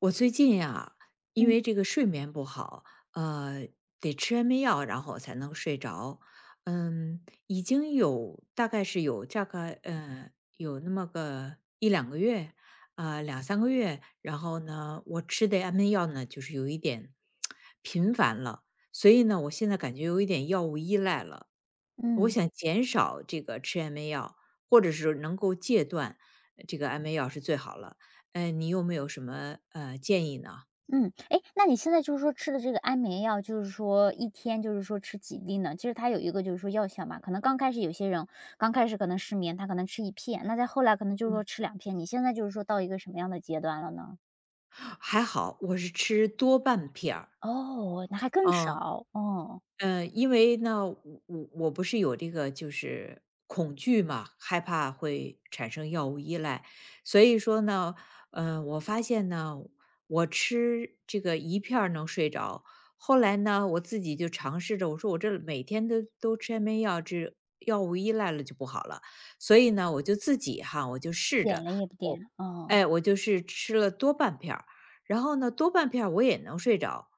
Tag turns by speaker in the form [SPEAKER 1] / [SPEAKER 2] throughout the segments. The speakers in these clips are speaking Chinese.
[SPEAKER 1] 我最近呀，因
[SPEAKER 2] 嗯
[SPEAKER 1] 为这个睡眠不好，呃，得吃安眠药，然后才能睡着。嗯，已经有大概是有大概呃有那么个一两个月，啊、两三个月。然后呢，我吃的安眠药呢，就是有一点频繁了，所以呢，我现在感觉有一点药物依赖了。我
[SPEAKER 2] 嗯
[SPEAKER 1] 想减少这个吃安眠药，或者是能够戒断这个安眠药是最好了。你有没有什么，建议呢？
[SPEAKER 2] 嗯，哎，那你现在就是说吃的这个安眠药，就是说一天就是说吃几粒呢？其实它有一个就是说药效嘛，可能刚开始有些人刚开始可能失眠，他可能吃一片，那再后来可能就是说吃两片。你现在就是说到一个什么样的阶段了呢？
[SPEAKER 1] 还好我是吃多半片儿，
[SPEAKER 2] 哦，那还更
[SPEAKER 1] 嗯。
[SPEAKER 2] 少，哦，
[SPEAKER 1] 因为呢，我不是有这个就是恐惧嘛，害怕会产生药物依赖，所以说呢，我发现呢，我吃这个一片儿能睡着，后来呢，我自己就尝试着，我说我这每天都吃安眠药，这药物依赖了就不好了，所以呢，我就自己哈，我就试
[SPEAKER 2] 点
[SPEAKER 1] 着，
[SPEAKER 2] 了也不点，
[SPEAKER 1] 我
[SPEAKER 2] 哦，
[SPEAKER 1] 哎，我就是吃了多半片儿。然后呢，多半片儿我也能睡着。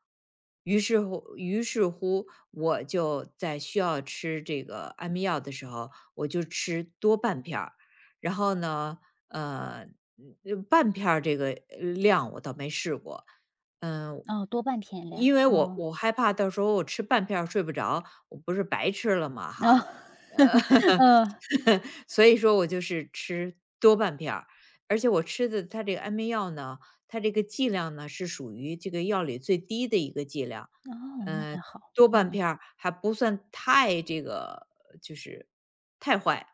[SPEAKER 1] 于是乎，我就在需要吃这个安眠药的时候，我就吃多半片儿。然后呢，呃，半片儿这个量我倒没试过，嗯，
[SPEAKER 2] 哦，多半偏量，
[SPEAKER 1] 因为我
[SPEAKER 2] 哦，
[SPEAKER 1] 我害怕到时候我吃半片儿睡不着，我不是白吃了吗？
[SPEAKER 2] 哦
[SPEAKER 1] 哈，
[SPEAKER 2] 呃，
[SPEAKER 1] 所以说我就是吃多半片儿，而且我吃的它这个安眠药呢，它这个剂量呢是属于这个药里最低的一个剂量，
[SPEAKER 2] 哦，那
[SPEAKER 1] 呃，
[SPEAKER 2] 还好，
[SPEAKER 1] 多半
[SPEAKER 2] 嗯。
[SPEAKER 1] 片儿还不算太这个就是太坏，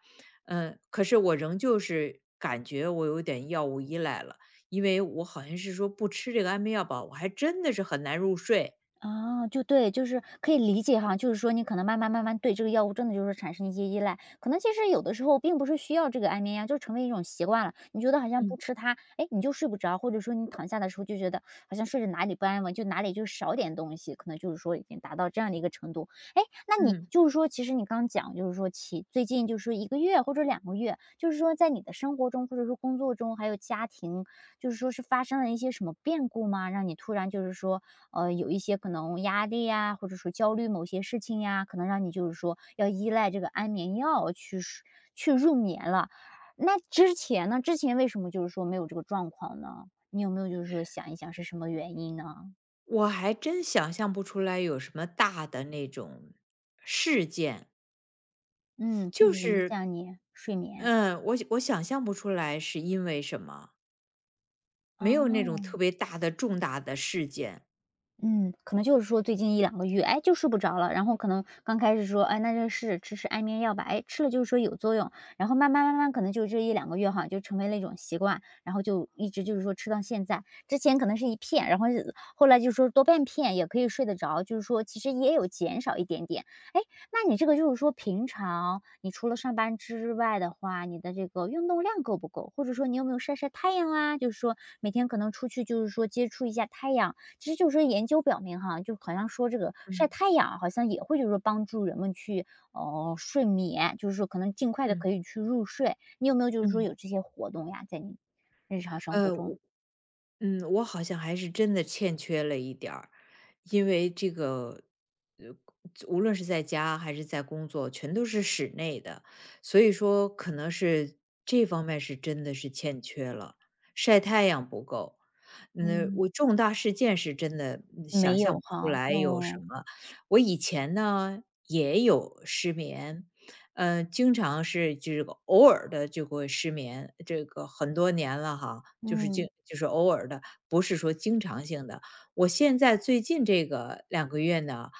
[SPEAKER 1] 嗯，可是我仍旧是感觉我有点药物依赖了，因为我好像是说不吃这个安眠药吧，我还真的是很难入睡。
[SPEAKER 2] 啊，就对，就是可以理解哈，就是说你可能慢慢慢慢对这个药物真的就是产生一些依赖，可能其实有的时候并不是需要这个安眠药，就成为一种习惯了。你觉得好像不
[SPEAKER 1] 嗯
[SPEAKER 2] 吃它，哎，你就睡不着，或者说你躺下的时候就觉得好像睡着哪里不安稳，就哪里就少点东西，可能就是说已经达到这样的一个程度。哎，那你
[SPEAKER 1] 嗯。
[SPEAKER 2] 就是说，其实你刚讲就是说起最近就是说一个月或者两个月，就是说在你的生活中或者说工作中还有家庭，就是说是发生了一些什么变故吗？让你突然就是说有一些可能压力呀，或者说焦虑某些事情呀，可能让你就是说要依赖这个安眠药去睡去入眠了。那之前呢？之前为什么就是说没有这个状况呢？你有没有就是说想一想是什么原因呢？
[SPEAKER 1] 我还真想象不出来有什么大的那种事件
[SPEAKER 2] 嗯，去
[SPEAKER 1] 就
[SPEAKER 2] 影
[SPEAKER 1] 是，
[SPEAKER 2] 响你睡眠。
[SPEAKER 1] 我想象不出来是因为什么，没有那种
[SPEAKER 2] 哦。
[SPEAKER 1] 特别大的重大的事件。
[SPEAKER 2] 嗯，可能就是说最近一两个月，哎，就睡不着了，然后可能刚开始说，哎，那就试着吃吃安眠药吧，哎，吃了就是说有作用，然后慢慢慢慢可能就这一两个月哈，就成为了一种习惯，然后就一直就是说吃到现在。之前可能是一片，然后是后来就说多半片也可以睡得着，就是说其实也有减少一点点。哎，那你这个就是说平常你除了上班之外的话，你的这个运动量够不够？或者说你有没有晒晒太阳啊，就是说每天可能出去就是说接触一下太阳，其实就是说研究表明哈，就好像说这个晒
[SPEAKER 1] 嗯
[SPEAKER 2] 太阳好像也会就是说帮助人们去睡眠，就是说可能尽快的
[SPEAKER 1] 嗯
[SPEAKER 2] 可以去入睡。你有没有就是说
[SPEAKER 1] 嗯。
[SPEAKER 2] 有这些活动呀，在你日常生活
[SPEAKER 1] 呃，
[SPEAKER 2] 中？
[SPEAKER 1] 我我好像还是真的欠缺了一点儿，因为这个，呃，无论是在家还是在工作，全都是室内的，所以说可能是这方面是真的是欠缺了，晒太阳不够。嗯，我
[SPEAKER 2] 嗯，
[SPEAKER 1] 重大事件是真的
[SPEAKER 2] 没
[SPEAKER 1] 想象
[SPEAKER 2] 有
[SPEAKER 1] 不出
[SPEAKER 2] 哈，
[SPEAKER 1] 来有什
[SPEAKER 2] 哦，
[SPEAKER 1] 么。我以前呢也有失眠，嗯，经常是就是偶尔的就会失眠，这个很多年了哈，就是
[SPEAKER 2] 嗯，
[SPEAKER 1] 偶尔的，不是说经常性的。我现在最近这个两个月呢，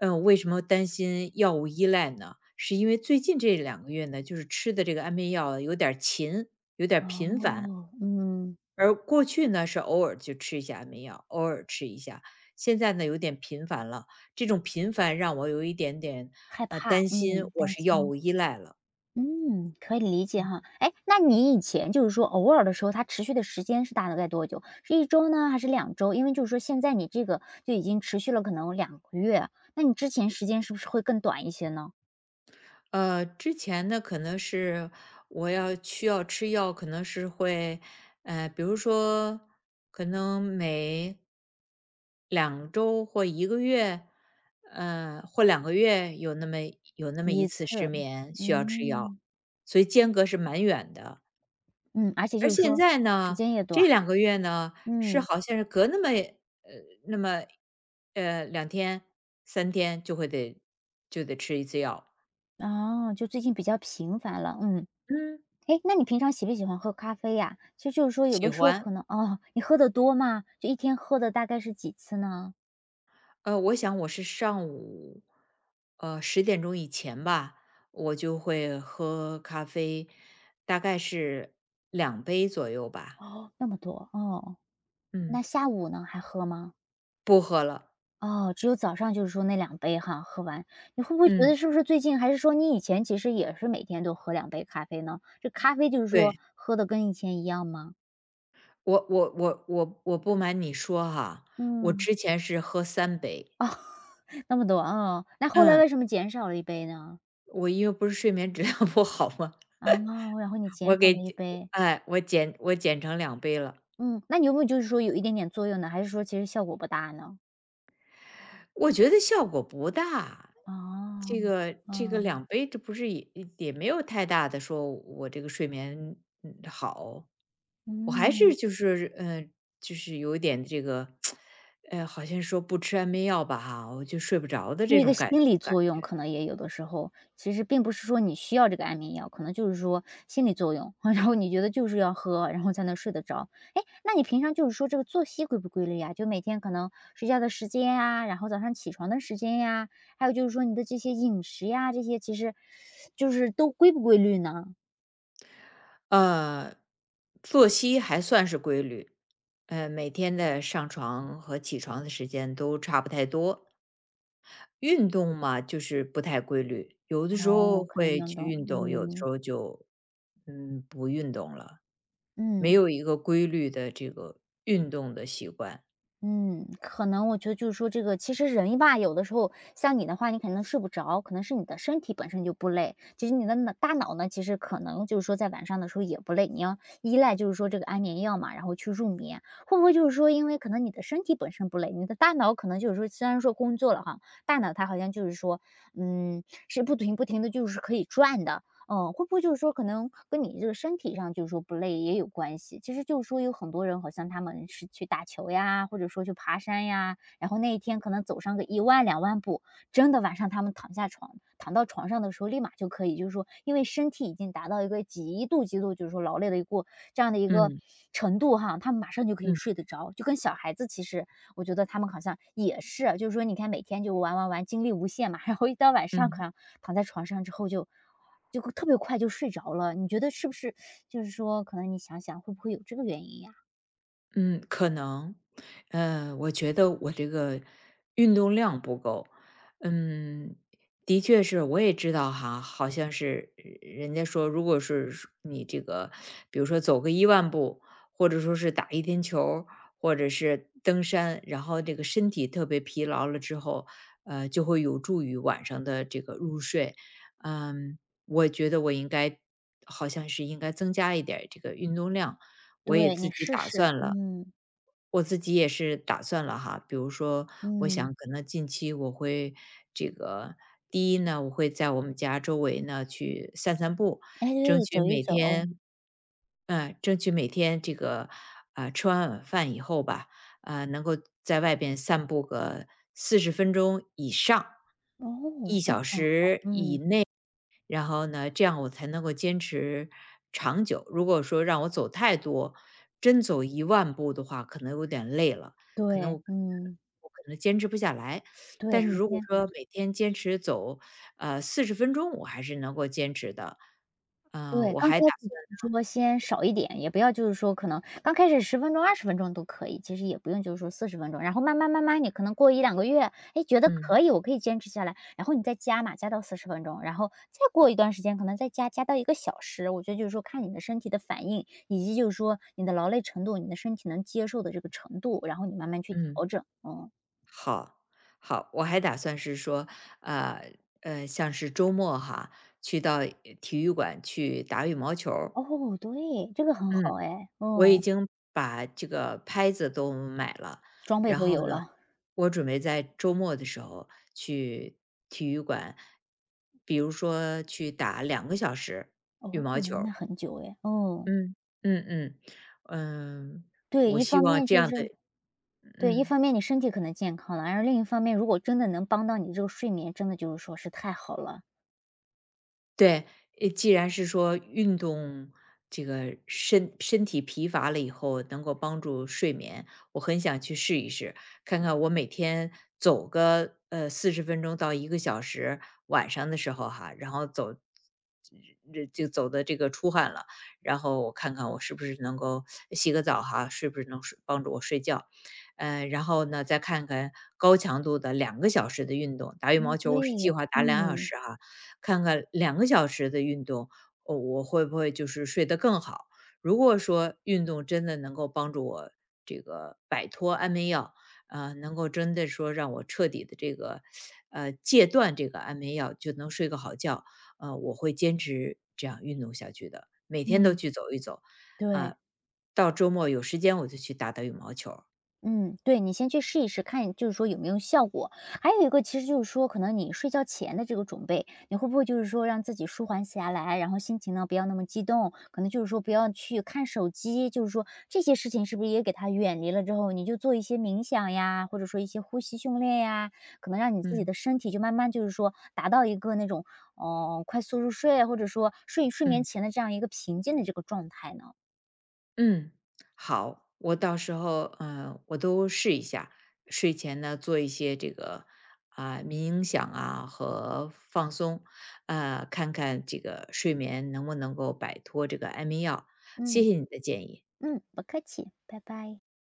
[SPEAKER 1] 嗯，为什么担心药物依赖呢？是因为最近这两个月呢，就是吃的这个安眠药有点儿勤，有点儿
[SPEAKER 2] 哦，
[SPEAKER 1] 频繁，
[SPEAKER 2] 嗯，
[SPEAKER 1] 而过去呢，是偶尔就吃一下安眠药，偶尔吃一下，现在呢，有点频繁了，这种频繁让我有一点点，
[SPEAKER 2] 害怕，
[SPEAKER 1] 担心
[SPEAKER 2] 嗯，
[SPEAKER 1] 我
[SPEAKER 2] 担
[SPEAKER 1] 是药
[SPEAKER 2] 心。
[SPEAKER 1] 物依赖了。
[SPEAKER 2] 嗯，可以理解哈。哎，那你以前就是说偶尔的时候，它持续的时间是大概多久？是一周呢，还是两周？因为就是说现在你这个就已经持续了可能两个月，那你之前时间是不是会更短一些呢
[SPEAKER 1] 之前呢，可能是我要需要吃药，可能是会，比如说，可能每2周或1个月，或两个月有那么
[SPEAKER 2] 一
[SPEAKER 1] 一
[SPEAKER 2] 次，
[SPEAKER 1] 次失眠需要吃药，
[SPEAKER 2] 嗯，
[SPEAKER 1] 所以间隔是蛮远的。
[SPEAKER 2] 嗯，而且
[SPEAKER 1] 而
[SPEAKER 2] 就是
[SPEAKER 1] 现
[SPEAKER 2] 说
[SPEAKER 1] 在
[SPEAKER 2] 时
[SPEAKER 1] 呢，
[SPEAKER 2] 间也短，
[SPEAKER 1] 这两个月呢，是
[SPEAKER 2] 嗯，
[SPEAKER 1] 好像是隔那么那么2天3天就就得吃一次药，
[SPEAKER 2] 哦，就最近比较频繁了，嗯。
[SPEAKER 1] 嗯，
[SPEAKER 2] 哎，那你平常喜不喜欢喝咖啡呀？其实就是说有
[SPEAKER 1] 喜
[SPEAKER 2] 的时候
[SPEAKER 1] 欢。
[SPEAKER 2] 可能哦，你喝的多吗？就一天喝的大概是几次呢？
[SPEAKER 1] 我想我是上午，10点钟以前吧，我就会喝咖啡，大概是两杯左右吧。
[SPEAKER 2] 哦，那么多，哦。那
[SPEAKER 1] 嗯，
[SPEAKER 2] 下午呢，还喝吗？
[SPEAKER 1] 不喝了。
[SPEAKER 2] 哦，只有早上就是说那两杯哈，喝完。你会不会觉得
[SPEAKER 1] 嗯，
[SPEAKER 2] 是不是最近还是说你以前其实也是每天都喝两杯咖啡呢？这咖啡就是说
[SPEAKER 1] 对，
[SPEAKER 2] 喝的跟以前一样吗？
[SPEAKER 1] 我不瞒你说哈，我
[SPEAKER 2] 嗯，
[SPEAKER 1] 之前是喝3杯。
[SPEAKER 2] 哦，那么多，哦，那后来
[SPEAKER 1] 嗯，
[SPEAKER 2] 为什么减少了一杯呢？
[SPEAKER 1] 我因为不是睡眠质量不好嘛，
[SPEAKER 2] 啊，哦然后你减
[SPEAKER 1] 我
[SPEAKER 2] 少了
[SPEAKER 1] 给
[SPEAKER 2] 一杯，
[SPEAKER 1] 哎，我减成两杯了。
[SPEAKER 2] 嗯，那你有没有就是说有一点点作用呢？还是说其实效果不大呢？
[SPEAKER 1] 我觉得效果不大，
[SPEAKER 2] 哦，
[SPEAKER 1] 这个
[SPEAKER 2] 哦，
[SPEAKER 1] 两杯这不是也没有太大的说我这个睡眠，嗯，好。我还
[SPEAKER 2] 嗯。
[SPEAKER 1] 是就是，就是有一点这个，好像说不吃安眠药吧哈，我就睡不着的这
[SPEAKER 2] 那个
[SPEAKER 1] 种
[SPEAKER 2] 心
[SPEAKER 1] 感
[SPEAKER 2] 理
[SPEAKER 1] 感
[SPEAKER 2] 作用
[SPEAKER 1] 觉。
[SPEAKER 2] 可能也有的时候，其实并不是说你需要这个安眠药，可能就是说心理作用，然后你觉得就是要喝，然后才能睡得着。哎，那你平常就是说这个作息规不规律呀？就每天可能睡觉的时间呀，然后早上起床的时间呀，还有就是说你的这些饮食呀，这些其实就是都规不规律呢？
[SPEAKER 1] 呃，作息还算是规律，每天的上床和起床的时间都差不太多。运动嘛，就是不太规律，有的时
[SPEAKER 2] 哦，
[SPEAKER 1] 候
[SPEAKER 2] 可能
[SPEAKER 1] 会
[SPEAKER 2] 运
[SPEAKER 1] 去
[SPEAKER 2] 动，
[SPEAKER 1] 运动，有的时
[SPEAKER 2] 嗯，
[SPEAKER 1] 候就，不运动了，没
[SPEAKER 2] 嗯。
[SPEAKER 1] 有一个规律的这个运动的习惯。
[SPEAKER 2] 嗯，可能我觉得就是说这个，其实人吧，有的时候像你的话，你可能睡不着，可能是你的身体本身就不累。其实你的脑大脑呢，其实可能就是说在晚上的时候也不累，你要依赖就是说这个安眠药嘛，然后去入眠。会不会就是说，因为可能你的身体本身不累，你的大脑可能就是说，虽然说工作了哈，大脑它好像就是说，嗯，是不停不停的就是可以转的，嗯，会不会就是说可能跟你这个身体上就是说不累也有关系？其实就是说有很多人好像他们是去打球呀，或者说去爬山呀，然后那一天可能走上个1万2万步，真的晚上他们躺下床躺到床上的时候立马就可以，就是说因为身体已经达到一个极度极度就是说劳累的一个这样的一个
[SPEAKER 1] 嗯
[SPEAKER 2] 程度哈，他们马上就可以睡
[SPEAKER 1] 嗯
[SPEAKER 2] 得着。就跟小孩子其实我觉得他们好像也是啊，就是说你看每天就玩玩玩，精力无限嘛，然后一到晚上可
[SPEAKER 1] 嗯。
[SPEAKER 2] 能躺在床上之后就特别快就睡着了。你觉得是不是就是说可能你想想会不会有这个原因呀？
[SPEAKER 1] 嗯，可能，我觉得我这个运动量不够，嗯，的确是，我也知道哈，好像是人家说，如果是说你这个，比如说走个一万步，或者说是打一天球儿或者是登山，然后这个身体特别疲劳了之后，就会有助于晚上的这个入睡。嗯，我觉得我应该好像是应该增加一点儿这个运动量，我也
[SPEAKER 2] 对，
[SPEAKER 1] 自
[SPEAKER 2] 你
[SPEAKER 1] 己
[SPEAKER 2] 试
[SPEAKER 1] 打
[SPEAKER 2] 试，
[SPEAKER 1] 算了。
[SPEAKER 2] 嗯，
[SPEAKER 1] 我自己也是打算了哈，比如说，我
[SPEAKER 2] 嗯。
[SPEAKER 1] 想可能近期我会这个第一呢，我会在我们家周围呢去散散步，
[SPEAKER 2] 哎，
[SPEAKER 1] 争
[SPEAKER 2] 对，
[SPEAKER 1] 取
[SPEAKER 2] 走一
[SPEAKER 1] 每
[SPEAKER 2] 走。
[SPEAKER 1] 天，争取每天这个啊、吃完晚饭以后吧，啊、能够在外边散步个四十分钟以上，
[SPEAKER 2] 哦，那很好，嗯，
[SPEAKER 1] 然后呢，这样我才能够坚持长久。如果说让我走太多，真走一万步的话，可能有点累了，可能我
[SPEAKER 2] 对，嗯，
[SPEAKER 1] 我可能坚持不下来。
[SPEAKER 2] 对，
[SPEAKER 1] 但是
[SPEAKER 2] 你
[SPEAKER 1] 如果
[SPEAKER 2] 先
[SPEAKER 1] 说每天坚持走，四十分钟，我还是能够坚持的。呃，
[SPEAKER 2] 对，
[SPEAKER 1] 我
[SPEAKER 2] 刚开
[SPEAKER 1] 还打
[SPEAKER 2] 始
[SPEAKER 1] 算
[SPEAKER 2] 说先少一点，也不要就是说可能刚开始十分钟、20分钟都可以，其实也不用就是说四十分钟，然后慢慢慢慢你可能过一两个月，哎，觉得
[SPEAKER 1] 嗯，
[SPEAKER 2] 可以，我可以坚持下来，然后你再加嘛，加到四十分钟，然后再过一段时间可能再加，加到一个小时，我觉得就是说看你的身体的反应，以及就是说你的劳累程度，你的身体能接受的这个程度，然后你慢慢去
[SPEAKER 1] 嗯，
[SPEAKER 2] 调整，嗯。
[SPEAKER 1] 好，好，我还打算是说，呃，像是周末哈，去到体育馆去打羽毛球儿，
[SPEAKER 2] 哦，对，这个很
[SPEAKER 1] 嗯。
[SPEAKER 2] 好哎，
[SPEAKER 1] 我已
[SPEAKER 2] 嗯，
[SPEAKER 1] 经把这个拍子都买了，
[SPEAKER 2] 装备
[SPEAKER 1] 然
[SPEAKER 2] 都
[SPEAKER 1] 后
[SPEAKER 2] 有
[SPEAKER 1] 呢，
[SPEAKER 2] 了，
[SPEAKER 1] 我准备在周末的时候去体育馆，比如说去打两个小时羽
[SPEAKER 2] 哦，
[SPEAKER 1] 毛球
[SPEAKER 2] 那
[SPEAKER 1] 儿，
[SPEAKER 2] 很久哎，哦，
[SPEAKER 1] 嗯嗯嗯嗯，
[SPEAKER 2] 对，
[SPEAKER 1] 我
[SPEAKER 2] 一
[SPEAKER 1] 希
[SPEAKER 2] 方
[SPEAKER 1] 望
[SPEAKER 2] 面
[SPEAKER 1] 这
[SPEAKER 2] 就
[SPEAKER 1] 样的。
[SPEAKER 2] 是对，一
[SPEAKER 1] 嗯。
[SPEAKER 2] 方面你身体可能健康了，而另一方面，如果真的能帮到你这个睡眠，真的就是说是太好了。
[SPEAKER 1] 对，既然是说运动，这个身体疲乏了以后能够帮助睡眠，我很想去试一试，看看我每天走个四十分钟到1个小时，晚上的时候哈，然后走，这就走的这个出汗了，然后我看看我是不是能够洗个澡哈，是不是帮助我睡觉，然后呢再看看高强度的两个小时的运动，打羽
[SPEAKER 2] 嗯，
[SPEAKER 1] 毛球我是计
[SPEAKER 2] 对，
[SPEAKER 1] 划打两小
[SPEAKER 2] 嗯，
[SPEAKER 1] 时哈，看看两个小时的运动，哦，我会不会就是睡得更好？如果说运动真的能够帮助我这个摆脱安眠药，能够真的说让我彻底的这个，戒断这个安眠药，就能睡个好觉，我会坚持这样运动下去的，每天都
[SPEAKER 2] 嗯，
[SPEAKER 1] 去走一走，
[SPEAKER 2] 对。
[SPEAKER 1] 啊、到周末有时间我就去打打羽毛球儿
[SPEAKER 2] 嗯，对，你先去试一试，看就是说有没有效果。还有一个其实就是说，可能你睡觉前的这个准备，你会不会就是说让自己舒缓下来，然后心情呢不要那么激动，可能就是说不要去看手机，就是说这些事情是不是也给它远离了之后，你就做一些冥想呀，或者说一些呼吸训练呀，可能让你自己
[SPEAKER 1] 嗯
[SPEAKER 2] 的身体就慢慢就是说达到一个那种哦、快速入睡，或者说睡眠
[SPEAKER 1] 嗯。
[SPEAKER 2] 前的这样一个平静的这个状态呢？
[SPEAKER 1] 嗯，好，我到时候我都试一下。睡前呢，做一些这个啊、冥想啊和放松，看看这个睡眠能不能够摆脱这个安眠药。谢
[SPEAKER 2] 嗯
[SPEAKER 1] 谢你的建议。
[SPEAKER 2] 嗯，不客气，拜拜。